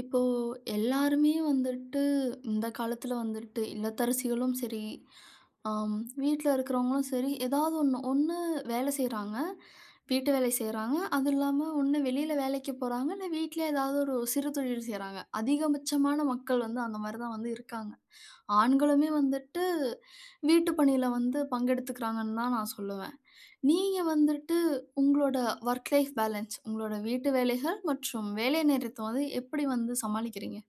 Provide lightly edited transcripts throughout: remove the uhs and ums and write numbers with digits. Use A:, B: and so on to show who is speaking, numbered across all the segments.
A: இப்போ எல்லாருமே வந்துட்டு இந்த காலத்துல வந்துட்டு இல்லத்தரசிகளும் சரி, ஆம் வீட்ல இருக்கிறவங்களும் சரி, ஏதாவது ஒண்ணு ஒண்ணு வேலை செய்றாங்க. வீட்டு வேலை செய்றாங்க. அது இல்லாம ஒண்ணு வெளியில வேலைக்கு போறாங்க. இல்ல வீட்லயே ஏதாவது ஒரு சிறு தொழில் செய்றாங்க. அதிகபட்சமான மக்கள் வந்து அந்த மாரி தான் வந்து இருக்காங்க. ஆண்களுமே வந்துட்டு வீட்டு பணியில வந்து பங்கெடுத்துக்கிறாங்கன்னு தான் நான் சொல்லுவேன். நீங்க வந்துட்டு உங்களோட ஒர்க் லைஃப் பேலன்ஸ், உங்களோட வீட்டு வேலைகள் மற்றும் வேலை நேரத்த வந்து எப்படி வந்து சமாளிக்கிறீங்க?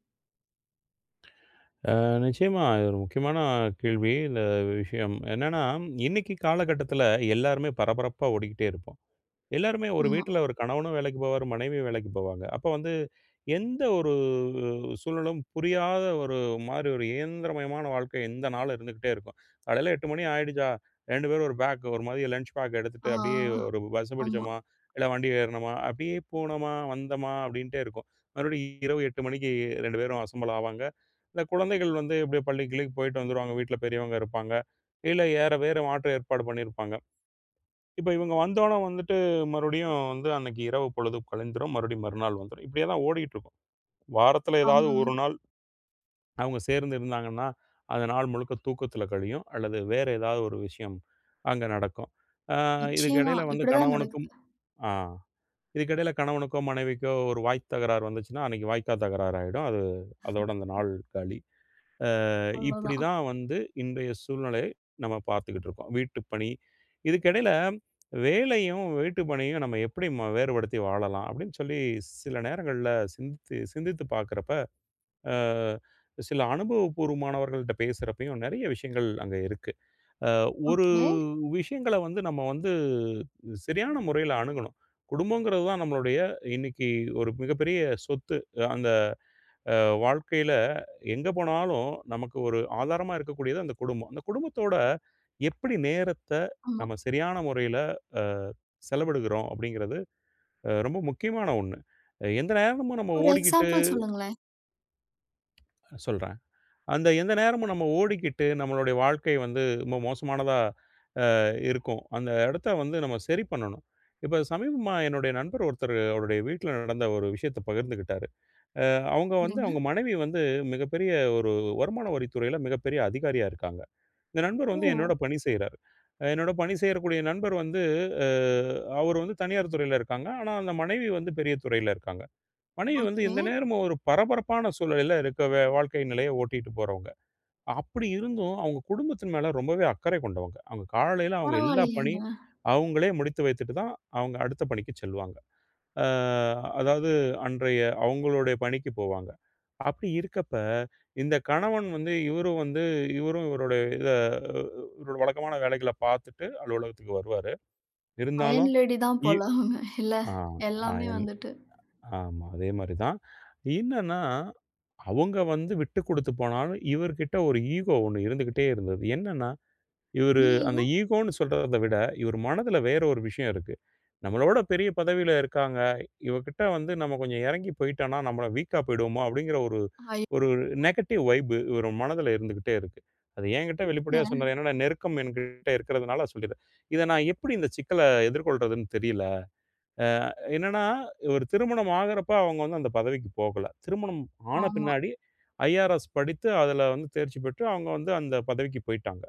B: நிச்சயமா. இது ஒரு முக்கியமான கேள்வி. இந்த விஷயம். என்னன்னா, இன்னைக்கு காலகட்டத்தில எல்லாருமே பரபரப்பா ஓடிக்கிட்டே இருப்போம். எல்லாருமே ஒரு
A: ஆமா.
B: வீட்ல ஒரு கணவனும் வேலைக்கு போவாரு, மனைவியும் வேலைக்கு போவாங்க. அப்போ வந்து எந்த ஒரு சூழலும் புரியாத ஒரு மாரி ஒரு இயந்திரமயமான வாழ்க்கை இந்த நாளும் இருந்துகிட்டே இருக்கும். காலையில 8:00 மணி ஆயிடுச்சா, 2 பேரும் ஒரு பேக் ஒரு மதியம் லஞ்ச் பேக் எடுத்துட்டு
A: ஆ,
B: அப்படியே
A: ஆ.
B: ஒரு பஸ்
A: ஆமா,
B: பிடிச்சோமா, இல்ல வண்டி ஏறுனோமா, அப்படியே போனோமா, வந்தோமா அப்படின்ட்டே இருக்கும். மறுபடியும் இரவு 8:00 மணிக்கு 2 பேரும் அசெம்பிள் ஆவாங்க. இந்த குழந்தைகள் வந்து எப்படியோ பள்ளிக்கு கிள்ளிக்கு போயிட்டு வந்துருவாங்க. வீட்ல பெரியவங்க இருப்பாங்க. இல்ல வேற வேறு மாற்று ஏற்பாடு பண்ணியிருப்பாங்க. இப்ப இவங்க வந்தோன வந்துட்டு மறுபடியும் வந்து அன்னைக்கு இரவு பொழுது கழிந்துரும். மறுபடியும் மறுநாள் வந்துரும். இப்படியே தான் ஓடிட்டு இருக்கும். வாரத்துல ஏதாவது
A: ஆமாங்க.
B: ஒரு நாள் அவங்க சேர்ந்து இருந்தாங்கன்னா, அந்த நாள் முழுக்க தூக்கத்துல கழியும். அல்லது வேற ஏதாவது ஒரு விஷயம் அங்க நடக்கும். ஆ இதுக்கு
A: நிச்சயமா.
B: இடையில வந்து
A: இப்படிதான்
B: கணவனுக்கும்
A: நடக்குது.
B: ஆ இதுக்கு இடையில கணவனுக்கோ, மனைவிக்கோ ஒரு வாய் தகராறு வந்துச்சுன்னா, அன்னைக்கு வாய்க்கா தகராறு ஆயிடும். அதோட அந்த நாள் காலி. இப்படி
A: அவ்வளோதான்.
B: தான் வந்து இன்றைய சூழ்நிலையை நம்ம பார்த்துக்கிட்டு இருக்கோம். வீட்டு பணி, இதுக்கிடையில வேலையும், வீட்டு பணியும் நம்ம எப்படி வேறுபடுத்தி வாழலாம்? அப்படின்னு சொல்லி சில நேரங்கள்ல சிந்தித்து சிந்தித்து பார்க்குறப்ப, அ சில அனுபவபூர்வமானவர்கள்ட்ட பேசுறப்பயும் நெறைய விஷயங்கள் அங்க இருக்கு. அ ஒரு
A: ஓகே.
B: விஷயங்கள வந்து நம்ம வந்து சரியான முறையில அணுகணும். குடும்பங்கிறது தான் நம்மளுடைய இன்னைக்கு ஒரு மிகப்பெரிய சொத்து. அந்த வாழ்க்கையில எங்க போனாலும் நமக்கு ஒரு ஆதாரமா இருக்கக்கூடியது அந்த குடும்பம். அந்த குடும்பத்தோட எப்படி நேரத்த
A: ஆமா.
B: நம்ம சரியான முறையில அ செலவிடுகிறோம் அப்படிங்கிறது ரொம்ப முக்கியமான ஒண்ணு. எந்த நேரமும் நம்ம
A: ஒரு
B: ஓடிக்கிட்டு
A: எக்ஸாம்பிள் சொல்லுங்களேன்.
B: சொல்றேன். அந்த எந்த நேரமும் நம்ம ஓடிக்கிட்டு நம்மளுடைய வாழ்க்கை வந்து ரொம்ப மோசமானதா இருக்கும். அந்த இடத்த வந்து நம்ம சரி பண்ணணும். இப்ப சமீபமா என்னுடைய நண்பர் ஒருத்தர் அவருடைய வீட்ல நடந்த ஒரு விஷயத்த பகிர்ந்துக்கிட்டாரு. அ அவங்க வந்து
A: சரிங்க.
B: அவங்க மனைவி வந்து மிகப்பெரிய ஒரு வருமான வரித்துறையில மிகப்பெரிய அதிகாரியா இருக்காங்க. இந்த நண்பர்
A: ஓ!
B: வந்து என்னோட பணி செய்றாரு. என்னோட பணி செய்யக்கூடிய நண்பர் வந்து அ அவர் வந்து தனியார் துறையில இருக்காங்க. ஆனா, அந்த மனைவி வந்து பெரிய துறையில இருக்காங்க. மனைவி வந்து
A: ஓகே.
B: எந்த நேரமும் ஒரு பரபரப்பான சூழலில இருக்க வாழ்க்கை நிலைய ஓட்டிட்டு போறவங்க. அப்படி இருந்தும் அவங்க குடும்பத்தின் மேல ரொம்பவே அக்கறை கொண்டவங்க. அவங்க காலையில அவங்க எல்லா
A: பரவாயில்லையேங்க.
B: பணியும் அவங்களே முடித்து வைத்துட்டு தான் அவங்க அடுத்த பணிக்கு செல்வாங்க. அ அதாவது அன்றைய அவங்களுடைய பணிக்கு போவாங்க. அப்படி இருக்கப்ப, இந்த கணவன் வந்து இவரும் வந்து இவரும் இவருடைய இத அஹ், இவரோட வழக்கமான வேலைகள பார்த்துட்டு அலுவலகத்துக்கு வருவாரு.
A: அயர்ன்
B: இருந்தாலும்.
A: லேடி தான்
B: இ
A: போல அவங்க. இல்ல,
B: ஆ ஆ
A: எல்லாமே
B: என்
A: வந்துட்டு.
B: ஆமா. அதே மாரி தான். என்னன்னா, அவங்க வந்து விட்டு குடுத்து போனாலும், இவர்கிட்ட ஒரு ஈகோ ஒண்ணு இருந்துகிட்டே இருந்தது. என்னன்னா இவரு
A: என்ன
B: அந்த
A: ஈகோ?
B: ஈகோன்னு சொல்றத விட, இவர் மனதுல வேற ஒரு விஷயம் இருக்கு. நம்மளோட பெரிய பதவியில இருக்காங்க. இவகிட்ட வந்து நம்ம கொஞ்சம் இறங்கி போயிட்டோம்னா, நம்மள வீக்கா போயிடுவோமோ! அப்படிங்கிற ஒரு
A: ஐயோ!
B: ஒரு நெகட்டிவ் வைப் இவர் மனதுல இருந்துகிட்டே இருக்கு. அது என்கிட்ட வெளிப்படையா
A: ஏன்?
B: சொன்னாரு. என்னோட நெருக்கம் என்கிட்ட இருக்கிறதுனால சொல்லிட்டேன். இத நான் எப்படி இந்த சிக்கல எதிர்கொள்றதுன்னு தெரியல. என்னன்னா, ஒரு திருமணம் ஆகுறப்ப அவங்க வந்து அந்த பதவிக்கு போகல. திருமணம் ஆன
A: ஆமா.
B: பின்னாடி IRS படித்து, அதுல வந்து தேர்ச்சி பெற்று அவங்க வந்து அந்த பதவிக்கு போயிட்டாங்க.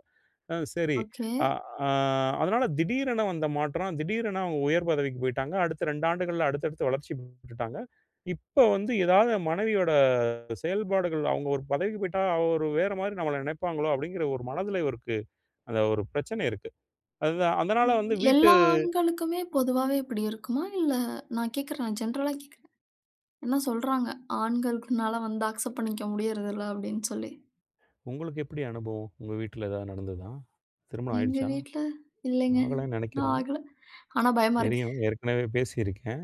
B: சரி.
A: ஓகே.
B: அ ஆ அதனால திடீரென வந்த மாற்றம், திடீரென அவங்க உயர் பதவிக்கு போயிட்டாங்க. அடுத்த 2 ஆண்டுகள்ல அடுத்தடுத்து வளர்ச்சி பெற்றுட்டாங்க. இப்ப வந்து ஏதாவது மனைவியோட செயல்பாடுகள் அவங்க ஒரு பதவிக்கு போயிட்டா, அவ ஒரு வேற மாரி நம்மள நினைப்பாங்களோ! அப்படிங்கிற ஒரு மனதில இவருக்கு அந்த ஒரு பிரச்சனை இருக்கு. அதுதான் அதனால வந்து வீட்டு.
A: எல்லா ஆண்களுக்குமே பொதுவாவே இப்படி இருக்குமா? இல்ல நான் கேட்குறேன். நான் ஜென்ரலா கேட்குறேன். என்ன சொல்றாங்க, "ஆண்களுக்குனால வந்து அக்செப்ட் பண்ணிக்க முடியறதில்ல" அப்படின்னு சொல்லி.
B: உங்களுக்கு எப்படி அனுபவம்? உங்க வீட்ல ஏதாவது நடந்ததா? திருமணம்
A: எங்க
B: ஆயிடுச்சா?
A: வீட்ல, "இல்லைங்க,
B: ஆகலன்னு
A: நான்
B: நினைக்கிறேன்.
A: ஆகல. ஆனா பயமா இருக்கு."
B: தெரியும். ஏற்கனவே பேசியிருக்கீங்க.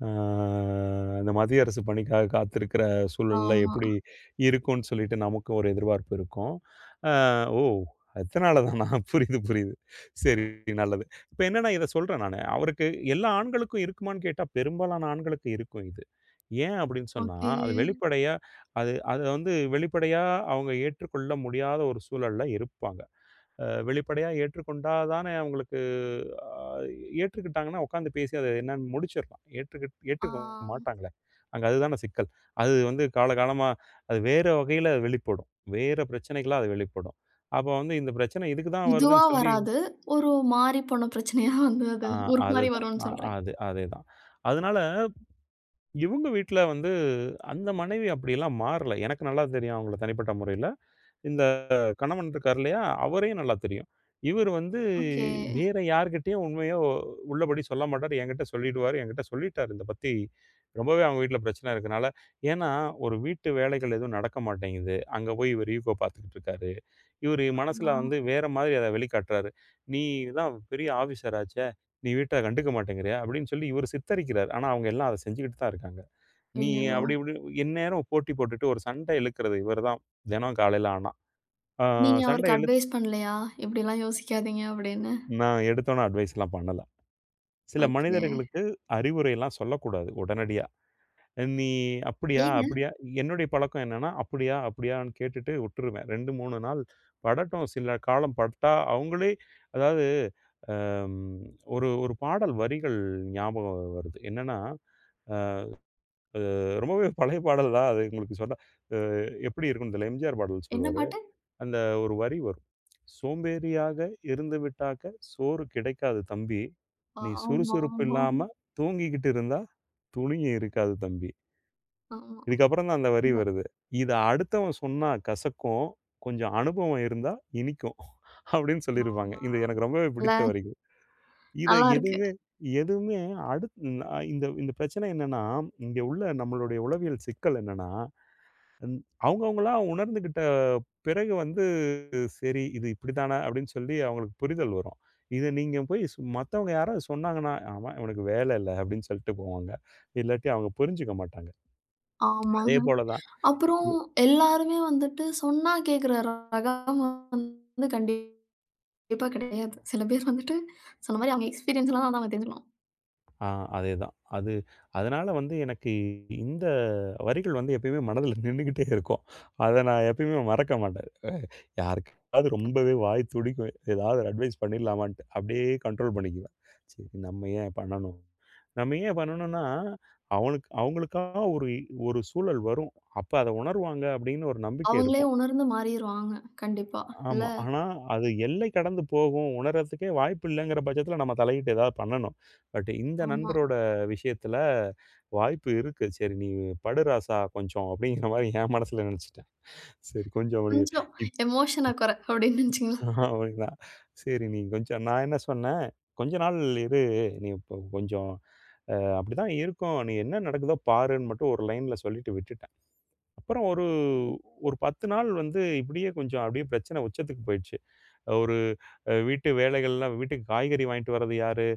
B: அ இந்த மத்திய அரசு பணிக்காக காத்திருக்கிற சூழல்ல
A: ஆமா.
B: எப்படி இருக்கும்ன்னு சொல்லிட்டு நமக்கும் ஒரு எதிர்பார்ப்பு இருக்கும். அ ஓ! அதனால தானா. புரியுது, புரியுது. சரி நல்லது. இப்ப என்னன்னா இத சொல்றேன் நானு. அவருக்கு எல்லா ஆண்களுக்கும் இருக்குமான்னு கேட்டா, பெரும்பாலான ஆண்களுக்கு இருக்கும் இது. ஏன் அப்படின்னு சொன்னா,
A: ஓகே.
B: அது வெளிப்படையா அது அத வந்து வெளிப்படையா அவங்க ஏற்றுக்கொள்ள முடியாத ஒரு சூழல்ல இருப்பாங்க. வெளிப்படையாக ஏற்றுக்கொண்டா தானே அவங்களுக்கு. அ ஏற்றுக்கிட்டாங்கன்னா உட்காந்து பேசி அதை என்னன்னு முடிச்சிடலாம்.
A: ஆ
B: ஏற்றுக்க மாட்டாங்களே. அங்க அதுதானே சிக்கல். அது வந்து காலகாலமா அது வேற வகையில வெளிப்படும். வேற பிரச்சனைகளா அது வெளிப்படும். அப்போ வந்து இந்த பிரச்சனை இதுக்கு தான்
A: இதுவா
B: வருதுன்னு சொல்லி.
A: வராது. ஒரு மாரி போன பிரச்சனையா வந்து
B: ஆ
A: அது ஒரு மாரி
B: அதுதான்.
A: வரும்னு சொல்றேன்.
B: அது அதேதான். அதனால இவுங்க வீட்ல வந்து அந்த மனைவி அப்படியெல்லாம் மாறல. எனக்கு நல்லா தெரியும் அவங்கள தனிப்பட்ட முறையில. இந்த கணவன் இருக்கார் இல்லையா? அவரையும் நல்லா தெரியும். இவரு வந்து
A: ஓகே.
B: வேற யார்கிட்டயும் உண்மைய உள்ளபடி சொல்ல மாட்டாரு. என்கிட்ட சொல்லிடுவாரு. என்கிட்ட சொல்லிட்டாரு. இத பத்தி ரொம்பவே அவங்க வீட்ல பிரச்சனை இருக்கனால. ஏன்னா, ஒரு வீட்டு வேலைகள் எதுவும் நடக்க மாட்டேங்குது. அங்க போய் இவரு ஈகோ பார்த்துக்கிட்டு இருக்காரு. இவரு
A: ஆ.
B: மனசுல வந்து வேற மாதிரி அத வெளிக்காட்டுறாரு. "நீ தான் பெரிய ஆஃபீசர் ஆச்சே! நீ வீட்ட கண்டுக்க மாட்டேங்கிறியா?" அப்படின்னு சொல்லி இவரு சித்தரிக்கிறாரு. ஆனா அவங்க எல்லாம் அத செஞ்சுகிட்டு தான் இருக்காங்க. நீ
A: ஐயய்யோ!
B: அப்படி இப்படி எந்நேரம் போட்டி போட்டுட்டு ஒரு சண்டை இழுக்கிறது இவர்தான் தினம் காலையில ஆனா. ஆ
A: நீங்க
B: சண்டை
A: அவருக்கு
B: இழு
A: அட்வைஸ் பண்ணலையா? "இப்படிலாம் யோசிக்காதீங்க" அப்படின்னு.
B: நான் எடுத்தோனே அட்வைஸ்லாம் பண்ணல. சில
A: ஓகே.
B: மனிதர்களுக்கு அறிவுரைலாம் சொல்லக்கூடாது உடனடியா. "நீ அப்படியா?
A: ஏங்க,
B: அப்படியா?" என்னுடைய பழக்கம் என்னன்னா, "அப்படியா? அப்படியான்னு?" கேட்டுட்டு விட்டுருவேன். 2, 3 நாள் படட்டும். சில காலம் பட்டா அவங்களே. அதாவது ம் ஒரு ஒரு பாடல் வரிகள் ஞாபகம் வருது. என்னன்னா, அ ரொம்பவே பழைய பாடல் தான் அது உங்களுக்கு சொன்னா அ எப்படி இருக்கும்னு தெரியல. MGR பாடல்
A: என்ன
B: சொல்லுவாரு.
A: பாட்டு?
B: அந்த ஒரு வரி வரும். "சோம்பேறியாக இருந்துவிட்டாக்க சோறு கிடைக்காது தம்பி. நீ சுறுசுறுப்பு
A: ஆமாமாம்.
B: இல்லாம தூங்கிக்கிட்டு இருந்தா துணியும் இருக்காது தம்பி."
A: ஆமா. ஆமா ஆமா.
B: இதுக்கப்புறம் தான் அந்த வரி
A: இல்ல.
B: வருது. "இத அடுத்தவன் சொன்னா கசக்கும். கொஞ்சம் அனுபவம் இருந்தா இனிக்கும்." அப்படின்னு சொல்லியிருப்பாங்க.
A: ஆமா.
B: இது எனக்கு ரொம்பவே
A: இல்ல,
B: பிடித்த வரிகள். இத
A: நல்லா இருக்கு.
B: எதுவுமே எதுவுமே அடுத் இந்த இந்த பிரச்சனை என்னன்னா, இங்க உள்ள நம்மளுடைய உளவியல் சிக்கல் என்னன்னா. ம். அவங்கவங்களா உணர்ந்துகிட்ட பிறகு வந்து, "சரி இது இப்படித்தானா?" அப்படின்னு சொல்லி அவங்களுக்கு புரிதல் வரும். இது நீங்க போய் மத்தவங்க யாராவது சொன்னாங்கன்னா, "ஆமா இவனுக்கு வேலை இல்ல" அப்படின்னு சொல்லிட்டு போவாங்க. இல்லாட்டி அவங்க புரிஞ்சுக்க மாட்டாங்க. அதே
A: ஆமாங்க.
B: போல தான். இ
A: அப்புறம் எல்லாருமே வந்துட்டு சொன்னா கேட்கிற ரகம் வந்து கண்டிப்பா கிடையாது. சில பேர் வந்துட்டு சொன்ன மாரி அவங்க எக்ஸ்பீரியன்ஸ்லாம் தான் அவங்க தெரிஞ்சுக்கலாம்.
B: ஆ அதேதான். அது அதனால வந்து எனக்கு இந்த வரிகள் வந்து எப்பயுமே மனதில நின்னுகிட்டே இருக்கும். அத நான் எப்பயுமே மறக்க மாட்டேன். யாருக்காவது ரொம்பவே வாய் துடிக்கும். ஏதாவது ஒரு அட்வைஸ் பண்ணிடலாமான்ட்டு. அப்படியே கண்ட்ரோல் பண்ணிக்குவேன். சரி நம்ம ஏன் பண்ணணும்? நம்ம ஏன் பண்ணணும்னா, அவனுக்கு அவங்களுக்கா ஒரு ஒரு சூழல் வரும். அப்ப அத உணர்வாங்க அப்படின்னு ஒரு நம்பிக்கை
A: அவங்களே
B: இருக்கும்.
A: உணர்ந்து மாறிருவாங்க கண்டிப்பா. இல்ல
B: ஆமா. ஆனா, அது எல்லை கடந்து போகும், உணர்றதுக்கே வாய்ப்பு இல்லைங்கிற பட்சத்தில நம்ம தலையிட்டு ஏதாவது பண்ணணும். பட் இந்த
A: ஆமா.
B: நண்பரோட விஷயத்தில வாய்ப்பு இருக்கு. சரி நீ படு ராசா கொஞ்சம் அப்படிங்கிற மாரி என் மனசுல நெனச்சுட்டேன். சரி கொஞ்சம் அப்படி
A: கொஞ்சம்
B: இப்
A: எமோஷன கொற அப்படின்னு வச்சுக்கங்களேன்.
B: அப்டின்னா, சரி நீ கொஞ்சம் நான் என்ன சொன்னேன், "கொஞ்ச நாள் இரு. நீ இப்போ கொஞ்சம் அப்படிதான் இருக்கும். நீ என்ன நடக்குதோ பாருன்னு" மட்டும் ஒரு லைன்ல சொல்லிட்டு விட்டுட்டேன். அப்புறம் ஒரு ஒரு 10 நாள் வந்து இப்படியே கொஞ்சம் அப்படியே பிரச்சனை உச்சத்துக்கு போயிடுச்சு. ஒரு அ வீட்டு வேலைகள்லாம் வீட்டுக்கு காய்கறி வாங்கிட்டு வர்றது யாரு?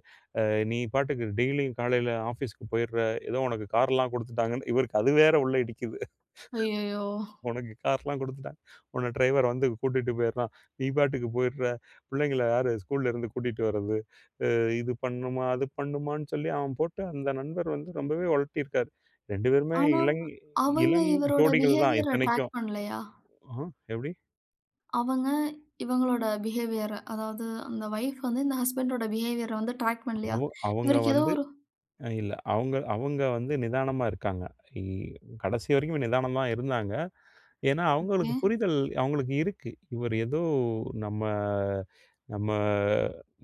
B: நீ பாட்டுக்கு டெய்லியும் காலையில ஆஃபீஸ்க்கு போயிடுற. ஏதோ உனக்கு கார்லாம் குடுத்துட்டாங்கன்னு இவருக்கு அது வேற உள்ள இடிக்குது.
A: ஐயய்யோ!
B: உனக்கு கார்லாம் குடுத்துட்டாங்க. உன்ன டிரைவர் வந்து கூட்டிட்டு போயிடுறான். நீ பாட்டுக்கு போயிடுற. பிள்ளைங்கள யாரு ஸ்கூல்ல இருந்து கூட்டிட்டு வர்றது? அ இது பண்ணுமா, அது பண்ணுமான்னு சொல்லி அவன் போட்டு அந்த நண்பர் வந்து ரொம்பவே உழட்டியிருக்காரு. 2 பேருமே
A: ஆனா அவங்க
B: இளம்
A: இவரோட
B: ஜோடிகள் தான்
A: பிஹேவியர ட்ராக்
B: இத்தனைக்கும்.
A: பண்ணலையா?
B: ஆ எப்படி?
A: அவங்க இவங்களோட பிஹேவியர அதாவது அந்த வைஃப் வந்து இந்த ஹஸ்பண்டோட பிஹேவியர வந்து ட்ராக் பண்ணலையா?
B: அவ அவங்க
A: இவருக்கு ஏதோ
B: வந்து
A: ஒரு
B: அ இல்ல. அவங்க அவங்க வந்து நிதானமா இருக்காங்க. இ கடைசி வரைக்கும் நிதானமா இருந்தாங்க. ஏன்னா, அவங்களுக்கு
A: ஓகே.
B: புரிதல் அவங்களுக்கு இருக்கு. இவர் ஏதோ நம்ம நம்ம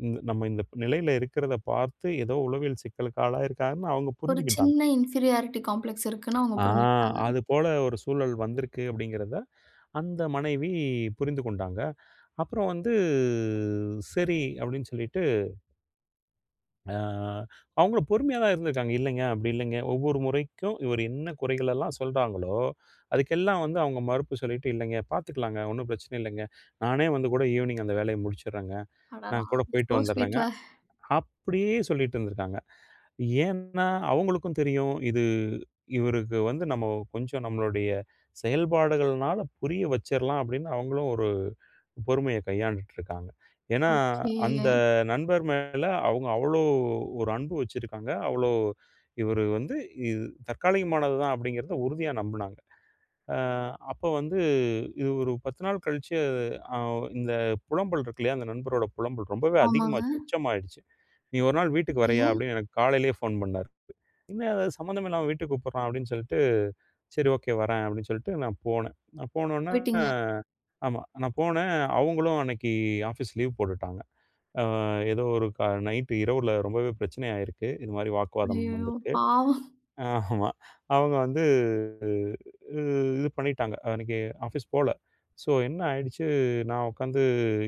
B: இந்த நம்ம இந்த நிலையில இருக்கிறத பார்த்து ஏதோ உளவியல் சிக்கலுக்கு ஆளாயிருக்காருன்னு அவங்க
A: ஒரு
B: புரிஞ்சுக்கிட்டாங்க.
A: சின்ன இன்ஃபீரியாரிட்டி காம்ப்ளெக்ஸ் இருக்குன்னு அவங்க
B: ஆ
A: புரிஞ்சுக்கிட்டாங்க.
B: அது போல ஒரு சூழல் வந்திருக்கு அப்படிங்கிறத அந்த மனைவி புரிந்து கொண்டாங்க. அப்புறம் வந்து சரி அப்படின்னு சொல்லிட்டு ஆ அவங்களும் பொறுமையா தான் இருந்திருக்காங்க. இல்லைங்க, அப்படி இல்லைங்க. ஒவ்வொரு முறைக்கும் இவர் என்ன குறைகள் எல்லாம் சொல்றாங்களோ, அதுக்கெல்லாம் வந்து அவங்க மறுப்பு சொல்லிட்டு, "இல்லைங்க, பார்த்துக்கலாங்க. ஒண்ணும் பிரச்சனை இல்லைங்க. நானே வந்து கூட ஈவினிங் அந்த வேலைய முடிச்சுடுறேங்க.
A: அடடா!
B: நான் கூட போயிட்டு
A: சோ
B: வந்துடுறேங்க."
A: ஸ்வீட்ல.
B: அப்படியே சொல்லிட்டு இருந்திருக்காங்க. ஏன்னா, அவங்களுக்கும் தெரியும். இது இவருக்கு வந்து நம்ம கொஞ்சம் நம்மளுடைய செயல்பாடுகள்னால புரிய வச்சிரலாம் அப்படின்னு அவங்களும் ஒரு பொறுமைய கையாண்டுட்டு இருக்காங்க. ஏன்னா, அந்த
A: கே
B: நண்பர் மேல அவங்க அவ்வளோ ஒரு அன்பு வச்சிருக்காங்க. அவ்வளோ இவரு வந்து இது தற்காலிகமானது தான் அப்படிங்கிறத உறுதியா நம்புனாங்க. அ அப்போ வந்து இது ஒரு 10 நாள் கழிச்சு அ இந்த புலம்பல் இருக்கு இல்லையா, அந்த நண்பரோட புலம்பல் ரொம்பவே
A: ஆமாங்க.
B: அதிகமாச்சு, உச்சமாயிடுச்சு. "நீ ஒரு நாள் வீட்டுக்கு
A: கே
B: வரியா?" அப்படின்னு எனக்கு காலையிலேயே ஃபோன் பண்ணாரு. என்ன அது சம்மந்தம் இல்லாம வீட்டுக்கு கூப்பிடுறான் அப்படின்னு சொல்லிட்டு, சரி ஓகே வரேன் அப்படின்னு சொல்லிட்டு நான் போனேன். நான் போனோன்னே
A: போயிட்டீங்க.
B: ஆமா. நான் போனேன். அவங்களும் அன்னைக்கு ஆஃபீஸ் லீவ் போட்டுட்டாங்க. அ ஏதோ ஒரு க நைட்டு இரவுல ரொம்பவே பிரச்சனை ஆயிருக்கு. இது மாரி வாக்குவாதம்
A: ஐயய்யோ!
B: வந்திருக்கு.
A: பாவம்.
B: ஆமா. அவங்க வந்து அ இது பண்ணிட்டாங்க. அன்னைக்கு ஆஃபீஸ் போல. ஸோ என்ன ஆயிடுச்சு, நான் உட்காந்து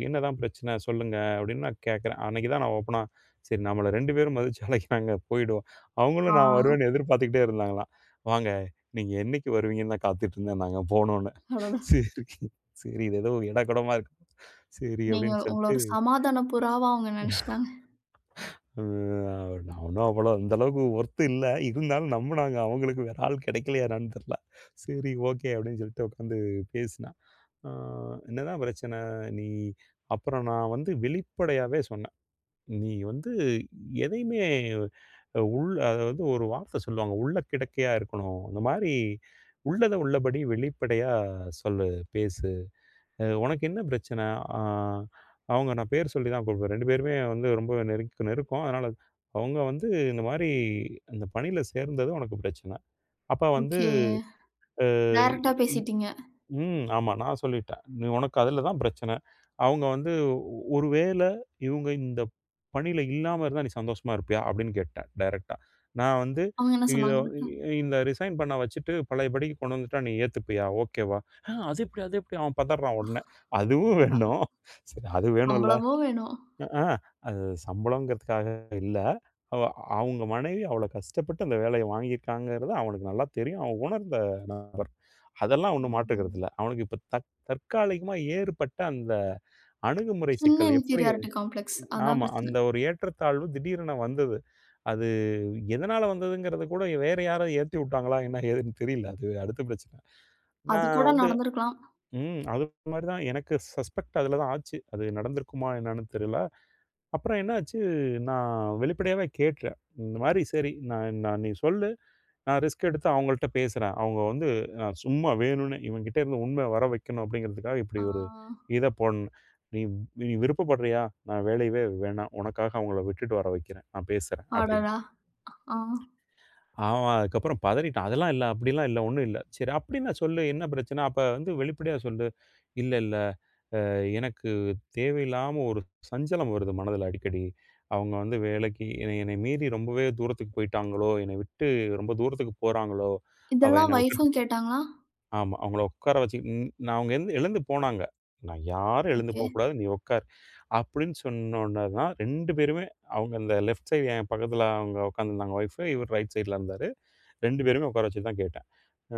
B: "என்னதான் பிரச்சனை சொல்லுங்க?" அப்படின்னு நான் கேட்கிறேன். அன்னைக்கு தான் நான் ஓப்பனா, சரி நம்மள 2 பேரும் மதிச்சு அழைக்கிறாங்க போயிடுவோம்.
A: ஆ.
B: அவங்களும் நான் வருவேன்னு எதிர்பார்த்துக்கிட்டே இருந்தாங்களாம். "வாங்க, நீங்க என்னைக்கு வருவீங்கன்னு நான் காத்துட்டு இருந்தேன் நாங்க போனோனே."
A: அடடா!
B: சரி, சரி இது ஏதோ எடா கூடமா இருக்கு. சரி
A: நீங்க
B: அப்படின்னு
A: உங்கள
B: சொல்லிட்டு.
A: ஒரு சமாதான புறாவா அவங்க நெனச்சுட்டாங்க.
B: அவனும் அவ்வளோ அந்த அளவுக்கு ஒர்த் இல்ல. இருந்தாலும் நம்புனாங்க. அவங்களுக்கு வேற ஆள் கிடைக்கலையா என்னான்னு தெர்ல. சரி ஓகே அப்படின்னு சொல்லிட்டு உட்காந்து பேசினான். ஆ "என்னதான் பிரச்சனை? நீ." அப்புறம் நான் வந்து வெளிப்படையாவே சொன்னேன். "நீ வந்து எதையுமே உள் அதாவது ஒரு வார்த்தை சொல்லுவாங்க. உள்ள கிடக்கையா இருக்கணும். அந்த மாரி உள்ளத உள்ளபடி வெளிப்படையா சொல்லு, பேசு." உனக்கு என்ன பிரச்சனை? ஆ அவங்க நான் பேர் சொல்லி தான் கூப்பிடுவேன். 2 பேருமே வந்து ரொம்ப நெருக்கம். அதனால அவங்க வந்து இந்த மாரி அந்த பணியில சேர்ந்தது உனக்கு பிரச்சனை. அப்ப வந்து
A: ஓகே.
B: அ
A: டைரக்ட்டா பேசிட்டீங்க.
B: ம். ஆமா. நான் சொல்லிட்டேன். "நீ உனக்கு அதுல தான் பிரச்சனை. அவங்க வந்து ஒரு வேள இவங்க இந்த பணியில இல்லாம இருந்தா நீ சந்தோஷமா இருப்பியா?" அப்படின்னு கேட்டேன் டைரக்ட்டா. நான் வந்து
A: அவங்க என்ன
B: இத
A: சொன்னாங்க?
B: இந்த ரிசைன் பண்ண வச்சுட்டு பழையபடிக்கு கொண்டு வந்துட்டா நீ ஏத்துப்பியா? ஓகேவா? அது எப்படி? அது எப்படி?" அவன் பதர்றான் உடனே. அதுவும்
A: அதான்
B: வேணும். சரி அது வேணும்ல.
A: சம்பளமும் வேணும்.
B: அ, ஆ. அது சம்பளம்ங்கிறதுக்காக இல்ல. அவ அவங்க மனைவி அவ்வளோ கஷ்டப்பட்டு அந்த வேலைய வாங்கியிருக்காங்கிறது அவனுக்கு நல்லா தெரியும். அவன் உணர்ந்த நபர். அதெல்லாம் ஒண்ணும் மாற்று கருத்து
A: ம்.
B: இல்ல. அவனுக்கு இப்ப தற்காலிகமா ஏற்பட்ட அந்த அணுகுமுறை
A: சின்ன
B: சிக்கல் எப்படி.
A: Inferiority complex. அதான்
B: ஆமா.
A: பிரச்சனை.
B: அந்த ஒரு ஏற்றத்தாழ்வு திடீரென வந்தது. அது எதனால வந்ததுங்கிறது கூட வேற யாராவது ஏத்தி விட்டாங்களா? என்ன ஏதுன்னு தெரியல. அது அடுத்த பிரச்சனை.
A: அது
B: நான்
A: கூட
B: வந்து.
A: நடந்திருக்கலாம்.
B: அது மாரி தான் எனக்கு சஸ்பெக்ட் அதில தான் ஆச்சு. அது நடந்திருக்குமா என்னன்னு தெரியல. அப்புறம் என்னாச்சு, நான் வெளிப்படையாவே கேட்டேன். இந்த மாரி சரி, நான் நான் நீ சொல்லு. நான் ரிஸ்க் எடுத்து அவங்கள்ட்ட பேசுறேன். அவங்க வந்து நான் சும்மா வேணும்னே இவன்கிட்ட இருந்து உண்மை வர வைக்கணும் அப்படிங்கிறதுக்காக இப்படி
A: ஆ.
B: ஒரு போடணும். நீ நீ விருப்பப்படுறியா? நான் வேலையவே வேணாம். உனக்காக அவங்கள விட்டுட்டு வர வைக்கிறேன். நான் பேசுறேன் அப்படின்னு.
A: அடடா! ஆ.
B: அவன் அதுக்கப்புறம் பதறிட்டான். அதெல்லாம் இல்ல, அப்படிலாம் இல்ல, ஒண்ணும் இல்ல. சரி அப்படின்னா சொல்லு, என்ன பிரச்சனை? அப்ப வந்து வெளிப்படையா சொல்லு. இல்ல, இல்ல. எனக்கு தேவையில்லாம ஒரு சஞ்சலம் வருது மனதில அடிக்கடி. அவங்க வந்து வேலைக்கு என்னை என்னை மீறி ரொம்பவே தூரத்துக்கு போய்ட்டாங்களோ! என்னை விட்டு ரொம்ப தூரத்துக்கு போறாங்களோ! அவ
A: இதெல்லாம்
B: என்னை விட்டுட்டு
A: வைஃப்பும்
B: போ
A: கேட்டாங்களா?
B: ஆமா. அவங்கள உட்கார வச்சு நான் அவங்க எழுந்து எழுந்து போனாங்க. நான் யாரும் எழுந்து
A: ஓகே.
B: போக்கூடாது. நீ உட்கார். அப்படின்னு சொன்னோன தான் 2 பேருமே அவங்க அந்த லெஃப்ட் சைடு என் பக்கத்தில அவங்க உட்காந்துருந்தாங்க ஒய்ஃப். இவர் ரைட் சைட்ல இருந்தாரு. 2 பேருமே உட்கார வச்சு தான் கேட்டேன். அ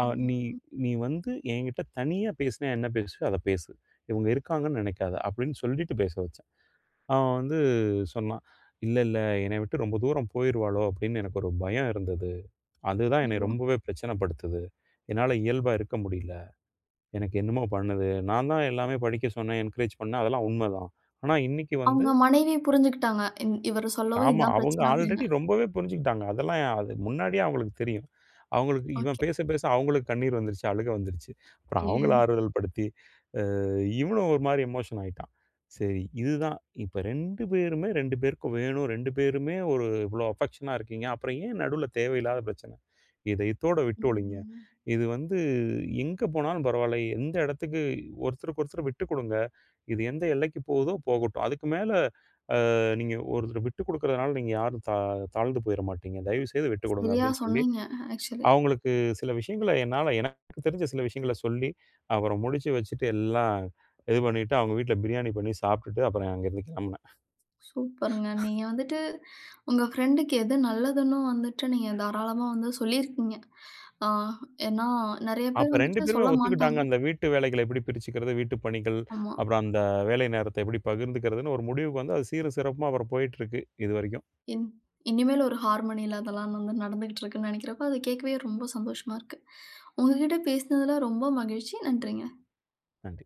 B: அ "நீ
A: ம்.
B: நீ வந்து என்கிட்ட தனியா பேசினா என்ன பேசுவியோ அத பேசு. இவங்க இருக்காங்கன்னு நினைக்காத." அப்படின்னு சொல்லிட்டு பேச வச்சேன். அவன் வந்து சொன்னான், "இல்ல, இல்ல என்னைய விட்டு ரொம்ப தூரம் போயிருவாளோ அப்படின்னு எனக்கு ஒரு பயம் இருந்தது. அதுதான் என்னை
A: ஐயோ!
B: ரொம்பவே பிரச்சனைப்படுத்துது. என்னால இயல்பா இருக்க முடியல. எனக்கு என்னமோ பண்ணுது. நான் தான் எல்லாமே படிக்க சொன்னேன், என்கரேஜ் பண்ணேன் அதெல்லாம் உண்மைதான். ஆனா இன்னைக்கு வந்து."
A: அவங்க மனைவி புரிஞ்சுகிட்டாங்க. இவரு சொல்லவும்
B: ஆமா.
A: இதான்
B: அவங்க
A: பிரச்சனை
B: ஆல்ரெடி
A: அப்படின்னு.
B: ரொம்பவே புரிஞ்சுக்கிட்டாங்க. அதெல்லாம் அது முன்னாடியே அவங்களுக்கு தெரியும். அவங்களுக்கு இவன்
A: ஓகே.
B: பேச, பேச அவங்களுக்கு கண்ணீர் வந்துருச்சு, அழுகை வந்துருச்சு. அப்புறம் அவங்கள
A: ஐயோ!
B: ஆறுதல் படுத்தி, இவனும் ஒரு மாரி எமோஷன் ஆயிட்டான். சரி இதுதான். இப்ப 2 பேருமே 2 பேருக்கு வேணும். 2 பேருமே ஒரு இவ்ளோ அஃபெக்ஷனா இருக்கீங்க. அப்புறம் ஏன் நடுவுல தேவையில்லாத பிரச்சனை? இத இதோட விட்டு ஒழிங்க.
A: ம்.
B: இது வந்து எங்க போனாலும் பரவால்ல. எந்த இடத்துக்கு ஒருத்தருக்கு ஒருத்தர் விட்டுக் குடுங்க. இது எந்த எல்லைக்கு போகுதோ போகட்டும். அதுக்கு மேல நீங்க ஒருத்தர் விட்டு குடுக்குறதுனால நீங்க யாரும் தாழ்ந்து போயிற மாட்டீங்க. தயவு செய்து விட்டு குடுங்க
A: சரியா
B: அப்டின்னு சொல்லி,
A: சொன்னீங்க ஆக்சுவலி.
B: அவங்களுக்கு சில விஷயங்கள என்னால எனக்கு தெரிஞ்ச சில விஷயங்கள சொல்லி, அப்புறம் முடிச்சு வச்சுட்டு எல்லாம் இது பண்ணிட்டு, அவங்க வீட்ல பிரியாணி பண்ணி சாப்ட்டுட்டு, அப்புறம் அங்கேருந்து கெளம்புனேன்.
A: சூப்பருங்க. நீங்க வந்துட்டு உங்க ஃப்ரெண்டுக்கு எது நல்லதுன்னு வந்துட்டு நீங்க தாராளமா வந்து சொல்லியிருக்கீங்க. ஆ ஏன்னா நெறைய பேர்
B: அப்ப 2
A: வந்துட்டு
B: பேருமே
A: சொல்ல
B: ஒத்துக்கிட்டாங்க.
A: மாட்டாங்க.
B: அந்த வீட்டு வேலைகள எப்படி பிரிச்சுக்கிறது, வீட்டு பணிகள்,
A: ஆமா.
B: அப்புறம் அந்த வேலை நேரத்த எப்படி பகிர்ந்துக்கிறதுன்னு ஒரு முடிவுக்கு வந்து, அது சீரும் சிறப்புமா அப்புறம் போயிட்டுருக்கு இதுவரைக்கும்.
A: இன் இனிமேல் ஒரு ஹார்மோனியில அதெல்லாம் வந்து நடந்துகிட்டு இருக்குன்னு நெனைக்கிறப்போ, அது கேட்கவே ரொம்ப சந்தோஷமா இருக்கு. உங்ககிட்ட பேசினதுல ரொம்ப மகிழ்ச்சி. நன்றிங்க.
B: நன்றி.